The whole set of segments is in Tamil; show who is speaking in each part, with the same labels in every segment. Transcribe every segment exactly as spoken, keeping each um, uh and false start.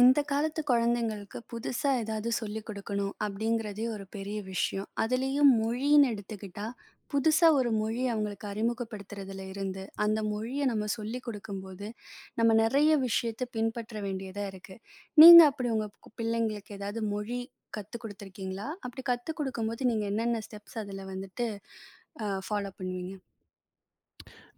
Speaker 1: இந்த காலத்து குழந்தைங்களுக்கு புதுசா ஏதாவது சொல்லிக் கொடுக்கணும் அப்படிங்கிறதே ஒரு பெரிய விஷயம். அதுலயும் மொழின்னு எடுத்துக்கிட்டா, புதுசா ஒரு மொழிய அவங்களுக்கு அறிமுகப்படுத்துறதுல இருந்து, அந்த மொழிய நம்ம சொல்லிக் கொடுக்கும்போது, நம்ம நெறைய விஷயத்த பின்பற்ற வேண்டியதா இருக்கு. நீங்க அப்படி உங்க கு பிள்ளைங்களுக்கு ஏதாவது மொழி கத்துக் குடுத்துருக்கீங்களா? அப்படி கத்துக் குடுக்கும்போது நீங்க என்னென்ன ஸ்டெப்ஸ் அதுல வந்துட்டு அ ஃபாலோ பண்ணுவீங்க?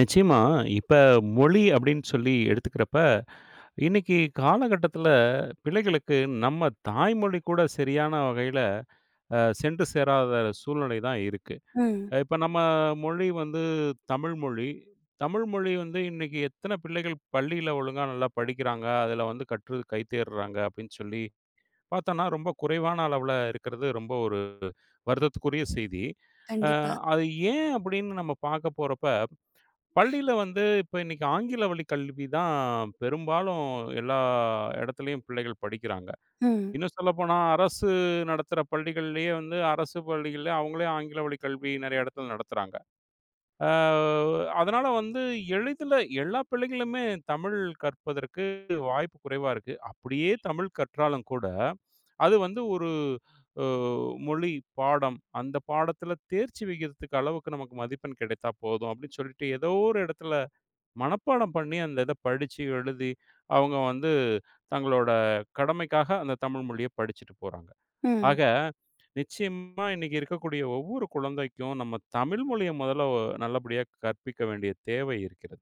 Speaker 2: நிச்சயமா. இப்ப மொழி அப்படின்னு சொல்லி எடுத்துக்கிறப்ப, இன்னைக்கு காலகட்டத்தில பிள்ளைகளுக்கு நம்ம தாய்மொழி கூட சரியான வகையில அ சென்று சேராத சூழ்நிலை தான் இருக்கு.
Speaker 1: ம்.
Speaker 2: இப்ப நம்ம மொழி வந்து தமிழ் மொழி. தமிழ் மொழி வந்து இன்னைக்கு எத்தன பிள்ளைகள் பள்ளியில ஒழுங்கா நல்லா படிக்கிறாங்க, அதில வந்து கற்று கைத்தேர்றாங்க அப்படின்னு சொல்லி பார்த்தோம்னா, ரொம்ப குறைவான அளவுல இருக்கிறது ரொம்ப ஒரு வருத்தத்துக்குரிய செய்தி. அ
Speaker 1: கண்டிப்பா.
Speaker 2: அது ஏன் அப்படின்னு நம்ம பார்க்க போறப்ப பள்ளியில வந்து இப்ப இன்னைக்கு ஆங்கில வழி கல்வி தான் பெரும்பாலும் எல்லா இடத்துலயும் பிள்ளைகள் படிக்கிறாங்க.
Speaker 1: ம்.
Speaker 2: இன்னும் சொல்லப்போனா அரசு நடத்துற பள்ளிகள்லயே வந்து அரசு பள்ளிகள்ல அவங்களே ஆங்கில வழி கல்வி நெறைய இடத்துல நடத்துறாங்க. அ அதனால வந்து எளிதில எல்லா பிள்ளைகளுமே தமிழ் கற்பதற்கு வாய்ப்பு குறைவா இருக்கு. அப்படியே தமிழ் கற்றாலும் கூட, அது வந்து ஒரு அ மொழி பாடம். அந்த பாடத்துல தேர்ச்சி விகிதத்துக்கு அளவுக்கு நமக்கு மதிப்பெண் கிடைத்தா போதும் அப்படின்னு சொல்லிட்டு ஏதோ ஒரு இடத்துல மனப்பாடம் பண்ணி அந்த இத படிச்சு, எழுதி அவங்க வந்து தங்களோட கடமைக்காக அந்த தமிழ் மொழிய படிச்சுட்டு போறாங்க.
Speaker 1: ம்.
Speaker 2: ஆக நிச்சயமா இன்னைக்கு இருக்கக்கூடிய ஒவ்வொரு குழந்தைக்கும் நம்ம தமிழ் மொழிய முதல்ல ஒ நல்லபடியா கற்பிக்க வேண்டிய தேவை இருக்கிறது.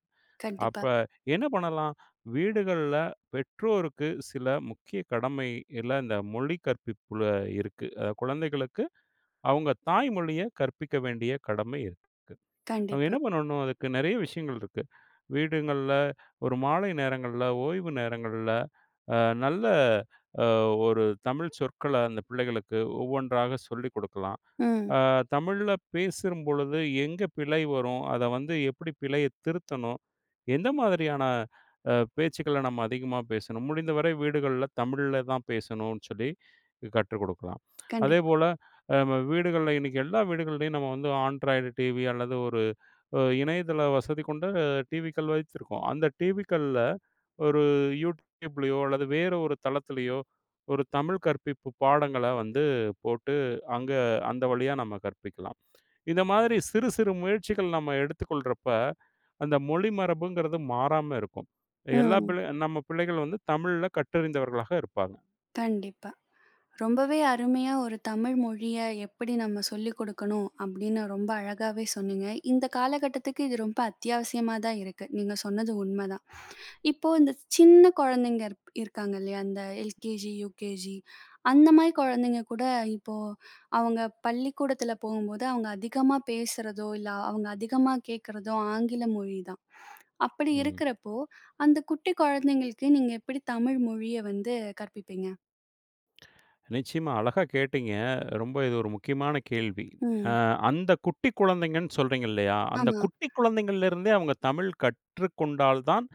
Speaker 2: அப்ப
Speaker 1: கண்டிப்பா,
Speaker 2: என்ன பண்ணலாம்? வீடுகள்ல பெற்றோருக்கு சில முக்கிய கடமையில இந்த மொழி கற்பிப்புல இருக்கு. அ குழந்தைகளுக்கு அவங்க தாய்மொழிய கற்பிக்க வேண்டிய கடமை இருக்கு. அவங்க
Speaker 1: கண்டிப்பா.
Speaker 2: என்ன பண்ணணும், அதுக்கு நெறைய விஷயங்கள் இருக்கு. வீடுங்கள்ல, ஒரு மாலை நேரங்கள்ல, ஓய்வு நேரங்கள்ல, அ நல்ல அ ஒரு தமிழ் சொற்கள அந்த பிள்ளைகளுக்கு ஒவ்வொன்றாக சொல்லிக் குடுக்கலாம்.
Speaker 1: ம்.
Speaker 2: அ தமிழ்ல பேசும்பொழுது எங்க பிழை வரும்? அத வந்து எப்படி பிழைய திருத்தணும்? எந்த மாதிரியான அ பேச்சுக்கள நம்ம அதிகமா பேசணும்? முடிந்தவரை வீடுகள்ல தமிழ்ல தான் பேசணும்னு சொல்லி கற்றுக் குடுக்கலாம்.
Speaker 1: கண்டிப்பா.
Speaker 2: அதேபோல அ நம்ம வீடுகள்ல இன்னைக்கு எல்லா வீடுகள்லயும் நம்ம வந்து ஆண்ட்ராய்டு டிவி அல்லது ஒரு அ இணையதள வசதி கொண்ட டிவிக்கள் வைத்திருக்கோம். அந்த டிவிக்கள்ல ஒரு YouTubeலயோ அல்லது வேற ஒரு தளத்திலயோ ஒரு தமிழ் கற்பிப்பு பாடங்கள வந்து போட்டு அங்க அந்த வழியா நம்ம கற்பிக்கலாம். இந்த மாதிரி சிறு சிறு முயற்சிகள் நம்ம எடுத்துக்கொள்றப்ப, அந்த மொழி மரபுங்கிறது மாறாம இருக்கும். எல்லா
Speaker 1: ம்.
Speaker 2: பிள்ளை நம்ம பிள்ளைகள் வந்து தமிழ்ல கற்றறிந்தவர்களாக இருப்பாங்க.
Speaker 1: கண்டிப்பா. ரொம்பவே அருமையா ஒரு தமிழ் மொழிய எப்படி நம்ம சொல்லிக் குடுக்கணும் அப்படின்னு ரொம்ப அழகாவே சொன்னீங்க. இந்த காலகட்டத்துக்கு இது ரொம்ப அத்தியாவசியமா தான் இருக்கு. நீங்க சொன்னது உண்மதான். இப்போ இந்த சின்ன குழந்தைங்க இருப் இருக்காங்க இல்லையா? அந்த எல்கேஜி, யுகேஜி அந்த மாரி குழந்தைங்க கூட இப்போ அவங்க பள்ளிக்கூடத்துல போகும்போது அவங்க அதிகமா பேசுறதோ, இல்ல அவங்க அதிகமா கேட்கிறதோ ஆங்கில மொழி தான். அப்படி
Speaker 2: ம்.
Speaker 1: இருக்கிறப்போ, அந்த குட்டி குழந்தைங்களுக்கு நீங்க எப்படி தமிழ் மொழிய வந்து கற்பிப்பீங்க?
Speaker 2: நிச்சயமா அழகா கேட்டீங்க. ரொம்ப இது ஒரு முக்கியமான கேள்வி. அ
Speaker 1: ம்.
Speaker 2: அந்த குட்டி குழந்தைங்கன்னு சொல்றீங்க இல்லையா? அந்த
Speaker 1: ஆமா.
Speaker 2: குட்டி குழந்தைங்கள்லேருந்தே அவங்க தமிழ் கற்றுக்கொண்டால் தான்,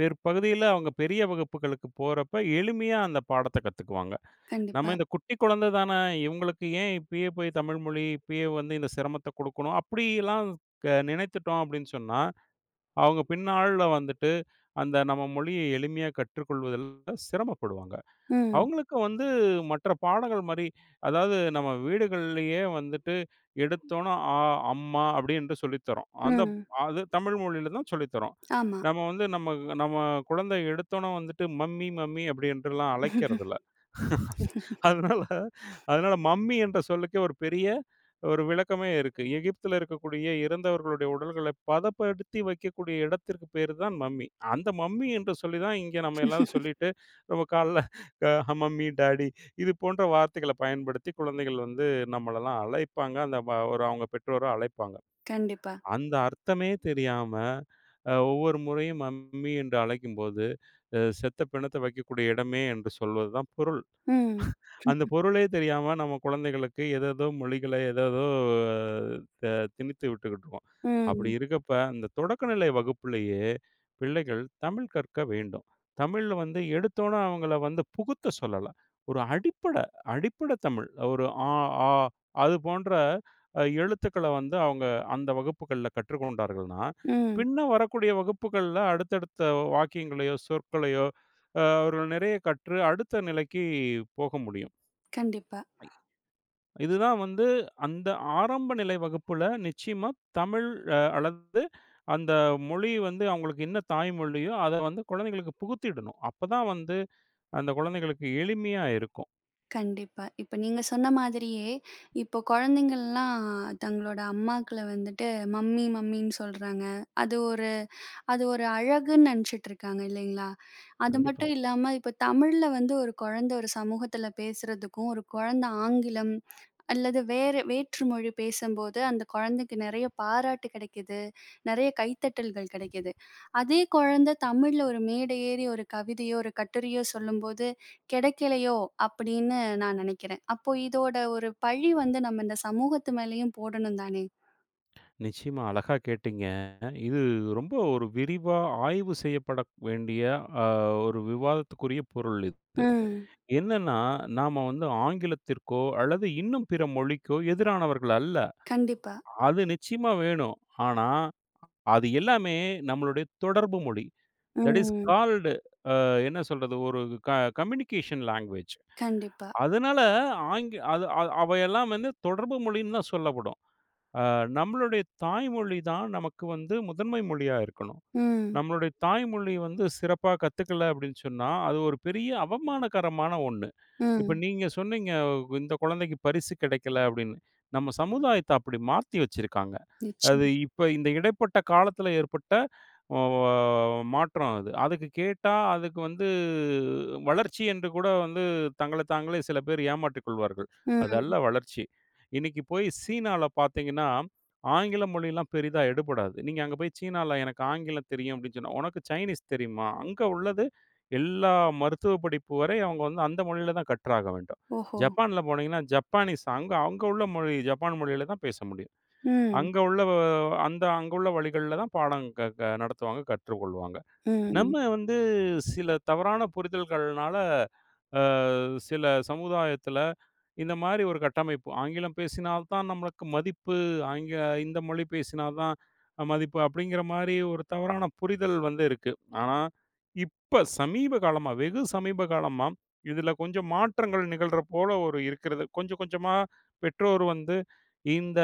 Speaker 2: பிற்பகுதியில அவங்க பெரிய வகுப்புகளுக்கு போறப்ப எளிமையா அந்த பாடத்த கத்துக்குவாங்க. நம்ம
Speaker 1: கண்டிப்பா.
Speaker 2: இந்த குட்டி குழந்தை தான, இவங்களுக்கு ஏன் இப்பயே போய் தமிழ் மொழி, இப்பயே வந்து இந்த சிரமத்த குடுக்கணும். அப்படிலாம் க நினைத்துட்டோம் அப்படின்னு சொன்னா, அவங்க பின்னாள்ல வந்துட்டு அந்த நம்ம மொழிய எளிமையா கற்றுக்கொள்வதில சிரமப்படுவாங்க.
Speaker 1: ம்,
Speaker 2: அவங்களுக்கு வந்து மற்ற பாடங்கள் மாரி, அதாவது நம்ம வீடுகள்லயே வந்துட்டு எடுத்தோன ஆ, அம்மா அப்படின்னு சொல்லித் தர்றோம். அந்த
Speaker 1: ம்.
Speaker 2: அது தமிழ் மொழியில தான் சொல்லித் தர்றோம்.
Speaker 1: ஆமா.
Speaker 2: நம்ம வந்து நம்ம நம்ம குழந்தை எடுத்தோன வந்துட்டு மம்மி, மம்மி அப்படின்ட்டுலாம் அழைக்கிறதில்ல. அதனால அதனால மம்மி என்ற சொல்லுக்கே ஒரு பெரிய ஒரு விளக்கமே இருக்கு. எகிப்தில இருக்கக்கூடிய இறந்தவர்களுடைய உடல்கள பதப்படுத்தி வைக்கக்கூடிய இடத்திற்கு பேரு தான் மம்மி. அந்த மம்மி என்று சொல்லி தான் இங்க நம்ம எல்லாரும் சொல்லிட்டு, நம்ம கால்ல அ மம்மி, டாடி இது போன்ற வார்த்தைகள பயன்படுத்தி குழந்தைகள் வந்து நம்மளலாம் அழைப்பாங்க. அந்த வ ஒரு அவங்க பெற்றோர அழைப்பாங்க.
Speaker 1: கண்டிப்பா.
Speaker 2: அந்த அர்த்தமே தெரியாம, அ ஒவ்வொரு முறையும் மம்மி என்று அழைக்கும்போது, அ செத்த பிணத்த வைக்கக்கூடிய இடமே என்று சொல்வது தான் பொருள்.
Speaker 1: ம்.
Speaker 2: அந்த பொருளே தெரியாம நம்ம குழந்தைகளுக்கு ஏதேதோ மொழிகள ஏதேதோ த திணித்து விட்டுக்கிட்டு இருக்கோம். அப்படி
Speaker 1: ம்,
Speaker 2: இருக்கப்ப, இந்த தொடக்கநிலை வகுப்பிலேயே பிள்ளைகள் தமிழ் கற்க வேண்டும். தமிழ்ல வந்து எடுத்தோன அவங்கள வந்து புகுத்த சொல்லல. ஒரு அடிப்படை அடிப்படை தமிழ். ஒரு ஆ, ஆ அது போன்ற அ எழுத்துக்கள வந்து அவங்க அந்த வகுப்புகள்ல கற்றுக்கொண்டார்கள்னா,
Speaker 1: ம்.
Speaker 2: பின்ன வரக்கூடிய வகுப்புகள்ல அடுத்தடுத்த வாக்கியங்களையோ, சொற்களையோ அ அவர்கள் நிறைய கற்று அடுத்த நிலைக்கு போக முடியும்.
Speaker 1: கண்டிப்பா,
Speaker 2: இதுதான் வந்து அந்த ஆரம்ப நிலை வகுப்புல நிச்சயமா தமிழ் அ அல்லது அந்த மொழி வந்து அவங்களுக்கு என்ன தாய்மொழியோ, அத வந்து குழந்தைகளுக்கு புகுத்திடணும். அப்பதான் வந்து அந்த குழந்தைகளுக்கு எளிமையா இருக்கும்.
Speaker 1: கண்டிப்பா. இப்ப நீங்க சொன்ன மாதிரியே, இப்போ குழந்தைங்கள்லாம் தங்களோட அம்மாக்கள வந்துட்டு மம்மி, மம்மின்னு சொல்றாங்க. அது ஒரு அது ஒரு அழகுன்னு நெனச்சுட்டு இருக்காங்க இல்லைங்களா? அது
Speaker 2: கண்டிப்பா.
Speaker 1: மட்டும் இல்லாம இப்ப தமிழ்ல வந்து ஒரு குழந்தை ஒரு சமூகத்துல பேசுறதுக்கும், ஒரு குழந்தை ஆங்கிலம் அல்லது வேற வேற்று மொழி பேசும்போது, அந்த குழந்தைக்கு நெறைய பாராட்டு கிடைக்குது, நெறைய கைத்தட்டல்கள் கிடைக்குது. அதே குழந்தை தமிழ்ல ஒரு மேடை ஏறி ஒரு கவிதையோ, ஒரு கட்டுரையோ சொல்லும்போது கிடைக்கலையோ! அப்படின்னு நான் நெனைக்கிறேன். அப்போ இதோட ஒரு பழி வந்து நம்ம இந்த சமூகத்து மேலயும் போடணும் தானே!
Speaker 2: நிச்சயமா அழகா கேட்டீங்க. இது ரொம்ப ஒரு விரிவா ஆய்வு செய்யப்பட வேண்டிய அ ஒரு விவாதத்துக்குரிய பொருள் இது.
Speaker 1: ம்.
Speaker 2: என்னன்னா, நாம வந்து ஆங்கிலத்திற்கோ அல்லது இன்னும் பிற மொழிக்கோ எதிரானவர்கள் அல்ல.
Speaker 1: கண்டிப்பா.
Speaker 2: அது நிச்சயமா வேணும். ஆனா அது எல்லாமே நம்மளுடைய தொடர்பு மொழி. That is
Speaker 1: hmm.
Speaker 2: Called uh என்ன சொல்றது? ஒரு க கம்யூனிகேஷன் லாங்குவேஜ்.
Speaker 1: கண்டிப்பா.
Speaker 2: அதனால ஆங்கி அது அ அவையெல்லாம் வந்து தொடர்பு மொழின்னு தான் சொல்லப்படும். அ நம்மளுடைய தாய்மொழி தான் நமக்கு வந்து முதன்மை மொழியா இருக்கணும்.
Speaker 1: ம்.
Speaker 2: நம்மளுடைய தாய்மொழி வந்து சிறப்பா கத்துக்கல அப்படின்னு சொன்னா, அது ஒரு பெரிய அவமானகரமான ஒண்ணு. இப்ப
Speaker 1: ம்.
Speaker 2: நீங்க சொன்னீங்க, இந்த குழந்தைக்கு பரிசு கிடைக்கல அப்படின்னு. நம்ம சமுதாயத்த அப்படி மாத்தி வச்சிருக்காங்க. அது
Speaker 1: நிச்சயம்.
Speaker 2: இப்ப இந்த இடைப்பட்ட காலத்துல ஏற்பட்ட ஒ மாற்றம் அது. அதுக்கு கேட்டா, அதுக்கு வந்து வளர்ச்சி என்று கூட வந்து தங்கள தாங்களே சில பேர் ஏமாற்றிக் கொள்வார்கள். அது அல்ல
Speaker 1: ம்.
Speaker 2: வளர்ச்சி. இன்னைக்கு போய் சீனால பார்த்தீங்கன்னா ஆங்கில மொழிலாம் பெரிதா எடுபடாது. நீங்க அங்க போய் சீனால எனக்கு ஆங்கிலம் தெரியும் அப்படின்னு சொன்னா, "உனக்கு சைனீஸ் தெரியுமா?" அங்க உள்ளது எல்லா மருத்துவ படிப்பு வரை அவங்க வந்து அந்த மொழியில தான் கற்றாக வேண்டும்.
Speaker 1: ஓஹோ!
Speaker 2: ஜப்பான்ல போனீங்கன்னா, ஜப்பானீஸ் அங்க அங்க உள்ள மொழி ஜப்பான் மொழியில தான் பேச முடியும்.
Speaker 1: ம்.
Speaker 2: அங்க உள்ள வ- அந்த அங்க உள்ள வழிகள்ல தான் பாடம் க க நடத்துவாங்க, கற்றுக்கொள்வாங்க. நம்ம
Speaker 1: ம்.
Speaker 2: வந்து சில தவறான புரிதல்கள்னால, அ சில சமுதாயத்தில இந்த மாரி ஒரு கட்டமைப்பு. ஆங்கிலம் பேசினால் தான் நம்மளுக்கு மதிப்பு, ஆங்க இந்த மொழி பேசினால் தான் மதிப்பு அப்படிங்கிற மாரி ஒரு தவறான புரிதல் வந்து இருக்கு. ஆனா, இப்ப சமீப காலமா, வெகு சமீப காலமா இதில கொஞ்சம் மாற்றங்கள் நிகழ்ற போல ஒரு இருக்கிறது. கொஞ்சம் கொஞ்சமா பெற்றோர் வந்து இந்த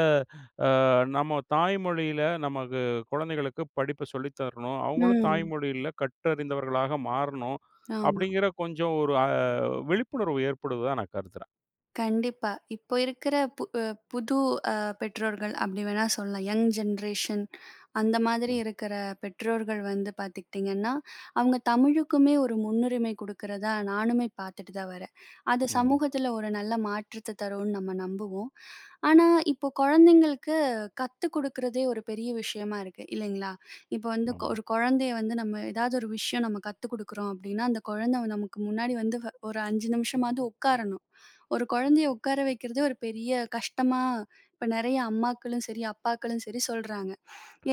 Speaker 2: நம்ம தாய்மொழியில நமக்கு குழந்தைகளுக்கு படிப்ப சொல்லி தரணும். அவங்களும்
Speaker 1: ம்.
Speaker 2: தாய்மொழியில கற்றறிந்தவர்களாக மாறணும்.
Speaker 1: ஆமா.
Speaker 2: அப்படிங்கிற கொஞ்சம் ஒரு அ விழிப்புணர்வு ஏற்படுவதா நான் கருதுறேன்.
Speaker 1: கண்டிப்பா. இப்போ இருக்கிற பு அ புது அ பெற்றோர்கள் அப்படி வேணா சொல்லலாம். யங் ஜென்ரேஷன் அந்த மாதிரி
Speaker 2: ம்.
Speaker 1: இருக்கிற பெற்றோர்கள் வந்து பார்த்துக்கிட்டிங்கன்னா, அவங்க தமிழுக்குமே ஒரு முன்னுரிமை குடுக்கிறதா நானுமே பார்த்துட்டு தான் வரேன். அது
Speaker 2: ம்.
Speaker 1: சமூகத்தில ஒரு நல்ல மாற்றத்த தரும்னு நம்ம நம்புவோம். ஆனா, இப்போ குழந்தைங்களுக்கு கத்துக் குடுக்கிறதே ஒரு பெரிய விஷயமா இருக்கு இல்லைங்களா? இப்போ வந்து கொ
Speaker 2: ஆமா,
Speaker 1: ஒரு குழந்தைய வந்து நம்ம ஏதாவது ஒரு விஷயம் நம்ம கத்துக் குடுக்குறோம் அப்படின்னா, அந்த குழந்தை நமக்கு முன்னாடி வந்து ஒரு ஐந்து நிமிஷமாவது உட்காரணும். ஒரு குழந்தைய உட்கார வைக்கிறதே ஒரு பெரிய கஷ்டமா இப்ப நெறைய அம்மாக்களும் சரி, அப்பாக்களும் சரி சொல்றாங்க.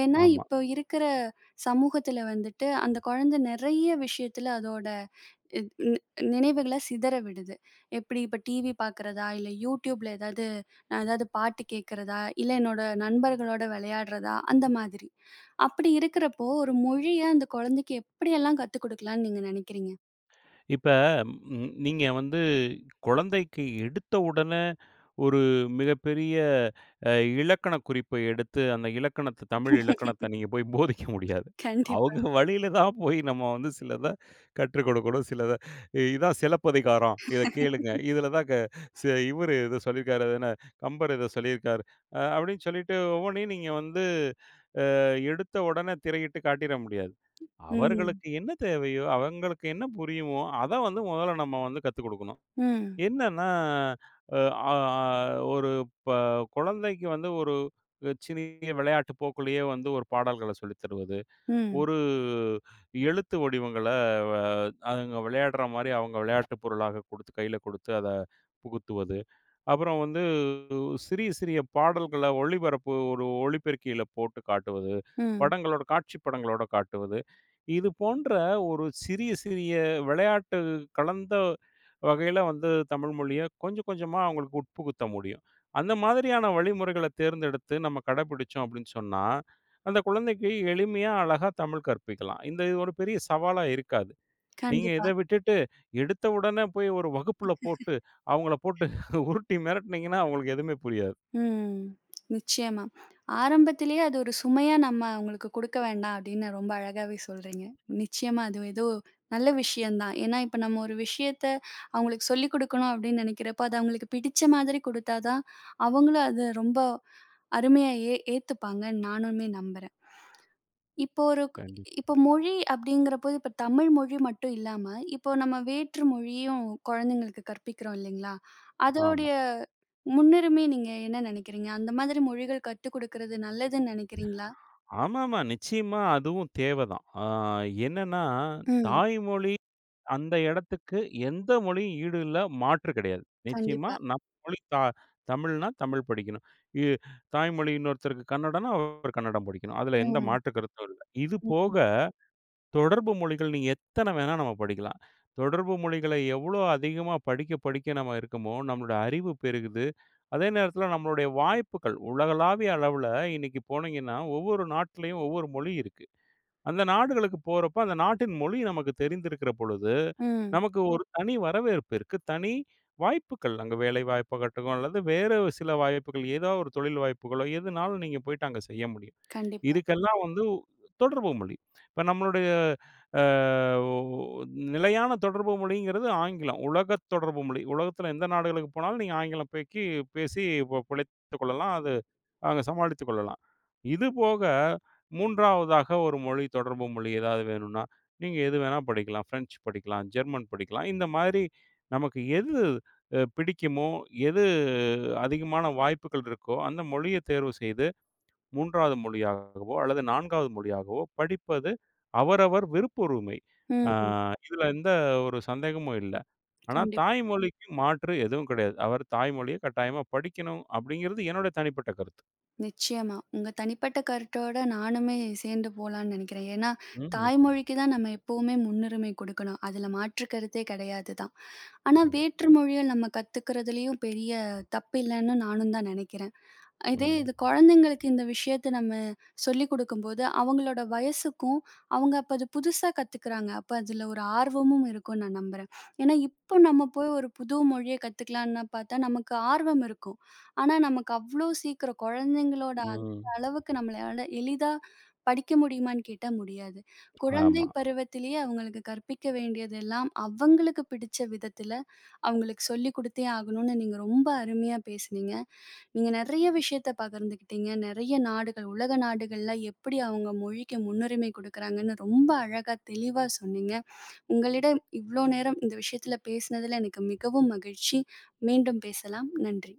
Speaker 1: ஏன்னா,
Speaker 2: ஆமா.
Speaker 1: இப்போ இருக்கிற சமூகத்துல வந்துட்டு அந்த குழந்தை நெறைய விஷயத்துல அதோட இ நி நினைவுகள சிதற விடுது. எப்படி இப்ப டிவி பார்க்கிறதா, இல்ல YouTubeல ஏதாவது நான் ஏதாவது பாட்டு கேட்கிறதா, இல்ல என்னோட நண்பர்களோட விளையாடுறதா அந்த மாதிரி. அப்படி இருக்கிறப்போ ஒரு மொழிய அந்த குழந்தைக்கு எப்படியெல்லாம் கத்துக் குடுக்கலாம்ன்னு நீங்க நினைக்கிறீங்க?
Speaker 2: இப்ப ம், நீங்க வந்து குழந்தைக்கு எடுத்த உடனே ஒரு மிகப்பெரிய அ, இலக்கண குறிப்பை எடுத்து அந்த இலக்கணத்தை தமிழ் இலக்கணத்தை நீங்க போய் போதிக்க முடியாது.
Speaker 1: கண்டிப்பா.
Speaker 2: அவங்க வழியில தான் போய் நம்ம வந்து சிலத கற்றுக் கொடுக்கணும். சிலத இதான் சிலப்பதிகாரம். இத கேளுங்க. இதுல தான் க சி இவரு இத சொல்லியிருக்காரு. அது என்ன கம்பர் இத சொல்லியிருக்காரு. அ, அப்படின்னு சொல்லிட்டு ஒவ்வொன்னையும் நீங்க வந்து எடுத்த உடனே திரையிட்டு காட்டிற முடியாது.
Speaker 1: ம்.
Speaker 2: அவர்களுக்கு என்ன தேவையோ, அவங்களுக்கு என்ன புரியுமோ, அத வந்து முதல்ல நம்ம வந்து கத்துக் குடுக்கணும்.
Speaker 1: ம்.
Speaker 2: என்னன்னா, அ ஆ ஒரு ப குழந்தைக்கு வந்து ஒரு சிறிய விளையாட்டு போக்குலயே வந்து ஒரு பாடல்கள சொல்லித் தருவது.
Speaker 1: ம்.
Speaker 2: ஒரு எழுத்து வடிவங்கள அ அவங்க விளையாடுற மாரி அவங்க விளையாட்டு பொருளாக குடுத்து கையில குடுத்து அத புகுத்துவது. அப்புறம் வந்து சிறிய, சிறிய பாடல்கள ஒளிபரப்பு ஒரு ஒளிபெருக்கியில போட்டு காட்டுவது.
Speaker 1: ம்.
Speaker 2: படங்களோட காட்சி படங்களோட காட்டுவது. இது போன்ற ஒரு சிறிய, சிறிய விளையாட்டு கலந்த வகையில வந்து தமிழ் மொழிய கொஞ்சம் கொஞ்சமா அவங்களுக்கு உட்புகுத்த முடியும். அந்த மாதிரியான வழிமுறைகள தேர்ந்தெடுத்து நம்ம கடைபிடிச்சோம் அப்படின்னு சொன்னா, அந்த குழந்தைக்கு எளிமையா, அழகா தமிழ் கற்பிக்கலாம். இந்த இது ஒரு பெரிய சவாலா இருக்காது. நீங்க இத
Speaker 1: கண்டிப்பா.
Speaker 2: விட்டுட்டு, எடுத்த உடனே போய் ஒரு வகுப்புல போட்டு, அவங்கள போட்டு உருட்டி மிரட்டுனீங்கன்னா, அவங்களுக்கு எதுவுமே புரியாது.
Speaker 1: ம். நிச்சயமா. ஆரம்பத்திலேயே அது ஒரு சுமையா நம்ம அவங்களுக்கு குடுக்க வேண்டாம் அப்படின்னு ரொம்ப அழகாவே சொல்றீங்க. நிச்சயமா அது ஏதோ நல்ல விஷயம் தான். ஏன்னா இப்ப நம்ம ஒரு விஷயத்த அவங்களுக்கு சொல்லிக் குடுக்கணும் அப்படின்னு நெனைக்கிறப்ப, அது அவங்களுக்கு பிடிச்ச மாதிரி குடுத்தா தான், அவங்களும் அத ரொம்ப அருமையா ஏ ஏத்துப்பாங்கன்னு நானுமே நம்புறேன். இப்போ ஒரு க்
Speaker 2: கண்டிப்பா.
Speaker 1: இப்போ மொழி அப்படிங்கிறபோது, இப்போ தமிழ் மொழி மட்டும் இல்லாம, இப்போ நம்ம வேற்று மொழியும் குழந்தைங்களுக்கு கற்பிக்கிறோம் இல்லைங்களா?
Speaker 2: ஆமா.
Speaker 1: அதோடைய முன்னுரிமை நீங்க என்ன நினைக்கிறீங்க? அந்த மாதிரி மொழிகள் கத்துக் குடுக்கிறது நல்லதுன்னு நினைக்கிறீங்களா?
Speaker 2: ஆமாமா. நிச்சயமா அதுவும் தேவதான். ஆ என்னன்னா,
Speaker 1: ம்.
Speaker 2: தாய்மொழி அந்த இடத்துக்கு எந்த மொழியும் ஈடு இல்ல. மாற்று கிடையாது. நிச்சயமா
Speaker 1: கண்டிப்பா.
Speaker 2: நம்ம மொழி தா தமிழ்னா தமிழ் படிக்கணும். இ தாய்மொழி இன்னொருத்தருக்கு கன்னடம்னா, அவர் கன்னடம் படிக்கணும். அதுல எந்த
Speaker 1: ம்.
Speaker 2: மாற்று கருத்தும் இல்ல. இது
Speaker 1: ம்.
Speaker 2: போக தொடர்பு மொழிகள் நீங்க எத்தன வேணா நம்ம படிக்கலாம். தொடர்பு மொழிகளை எவ்வளோ அதிகமா படிக்க, படிக்க நம்ம இருக்கமோ, நம்மளோட அறிவு பெருகுது. அதே நேரத்தில நம்மளுடைய வாய்ப்புகள் உலகளாவிய அளவுல இன்னைக்கு போனீங்கன்னா, ஒவ்வொரு நாட்டிலேயும் ஒவ்வொரு மொழி இருக்கு. அந்த நாடுகளுக்கு போறப்ப, அந்த நாட்டின் மொழி நமக்கு தெரிந்திருக்கிற பொழுது,
Speaker 1: ம்.
Speaker 2: நமக்கு ம். ஒரு தனி வரவேற்பு இருக்கு. தனி வாய்ப்புகள் அங்க வேலை வாய்ப்பாகட்டும் அல்லது வேறு சில வாய்ப்புகள், ஏதோ ஒரு தொழில் வாய்ப்புகளோ எதுனாலும் நீங்க போயிட்டு அங்க செய்ய முடியும். ம்.
Speaker 1: கண்டிப்பா.
Speaker 2: இதுக்கெல்லாம் வந்து தொடர்பு மொழி. இப்ப நம்மளுடைய அ ஒ நிலையான தொடர்பு மொழிங்கிறது ஆங்கிலம். உலகத் தொடர்பு மொழி. உலகத்தில எந்த நாடுகளுக்கு போனாலும் நீங்க ஆங்கிலம் பேக்கி பேசி பொ பிழைத்துக் கொள்ளலாம். அது அங்க சமாளித்துக் கொள்ளலாம். இது போக மூன்றாவதாக ஒரு மொழி தொடர்பு மொழி ஏதாவது வேணும்னா, நீங்க எது வேணா படிக்கலாம். பிரெஞ்சு படிக்கலாம், ஜெர்மன் படிக்கலாம். இந்த மாதிரி நமக்கு எது அ பிடிக்குமோ, எது அதிகமான வாய்ப்புகள் இருக்கோ, அந்த மொழிய தேர்வு செய்து மூன்றாவது மொழியாகவோ, அல்லது நான்காவது மொழியாகவோ படிப்பது அவரவர் விருப்புரிமை. ஆ
Speaker 1: ம்.
Speaker 2: இதுல எந்த ஒரு சந்தேகமும் இல்ல. ஆனா
Speaker 1: கண்டிப்பா.
Speaker 2: தாய்மொழிக்கு மாற்று எதுவும் கிடையாது. அவர் தாய்மொழிய கட்டாயமா படிக்கணும் அப்படிங்கிறது என்னுடைய தனிப்பட்ட கருத்து.
Speaker 1: நிச்சயமா. உங்க தனிப்பட்ட கருத்தோட நானுமே சேர்ந்து போலான்னு நினைக்கிறேன். ஏன்னா,
Speaker 2: ம்.
Speaker 1: தாய்மொழிக்கு தான் நம்ம எப்பவுமே முன்னுரிமை கொடுக்கணும். அதுல மாற்று கருத்தே கிடையாது தான். ஆனா,
Speaker 2: கண்டிப்பா.
Speaker 1: வேற்று மொழிய நம்ம கத்துக்கிறதுலயும் பெரிய தப்பில்லன்னு நானும் தான் நினைக்கிறேன். இதே
Speaker 2: ம்.
Speaker 1: இது குழந்தைங்களுக்கு இந்த விஷயத்த நம்ம சொல்லிக் குடுக்கும்போது, அவங்களோட வயசுக்கும், அவங்க அப்ப அது புதுசா கத்துக்கிறாங்க. அப்ப அதுல ஒரு ஆர்வமும் இருக்கும்னு நான் நம்புறேன். ஏன்னா, இப்போ நம்ம போய் ஒரு புது மொழிய கத்துக்கலான்னு பார்த்தா, நமக்கு ஆர்வம் இருக்கும். ஆனா, நமக்கு அவ்ளோ சீக்கிரம் குழந்தைங்களோட அந்த
Speaker 2: ம்.
Speaker 1: அளவுக்கு நம்மளால எளிதா படிக்க முடியுமான்னு கேட்டா முடியாது. குழந்தை
Speaker 2: ஆமா.
Speaker 1: பருவத்திலேயே அவங்களுக்கு கற்பிக்க வேண்டியதெல்லாம், அவங்களுக்கு பிடிச்ச விதத்தில அவங்களுக்கு சொல்லிக் குடுத்தே ஆகணும்னு நீங்க ரொம்ப அருமையா பேசுனீங்க. நீங்க நெறைய விஷயத்த பகிர்ந்துக்கிட்டீங்க. நெறைய நாடுகள், உலக நாடுகள்ல எப்படி அவங்க மொழிக்கு முன்னுரிமை குடுக்குறாங்கன்னு ரொம்ப அழகா, தெளிவா சொன்னீங்க. உங்களிடம் இவ்ளோ நேரம் இந்த விஷயத்துல பேசினதுல எனக்கு மிகவும் மகிழ்ச்சி. மீண்டும் பேசலாம். நன்றி.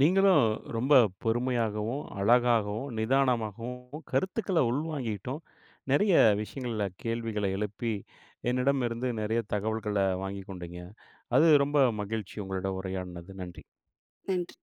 Speaker 2: நீங்களும் ரொம்ப பொறுமையாகவும், அழகாகவும், நிதானமாகவும் கருத்துக்கள உள்வாங்கிட்டும், நெறைய விஷயங்கள்ல கேள்விகள எழுப்பி என்னிடமிருந்து நெறைய தகவல்கள வாங்கிக் கொண்டீங்க. அது ரொம்ப மகிழ்ச்சி உங்களோட உரையாடினது. நன்றி.
Speaker 1: நன்றி.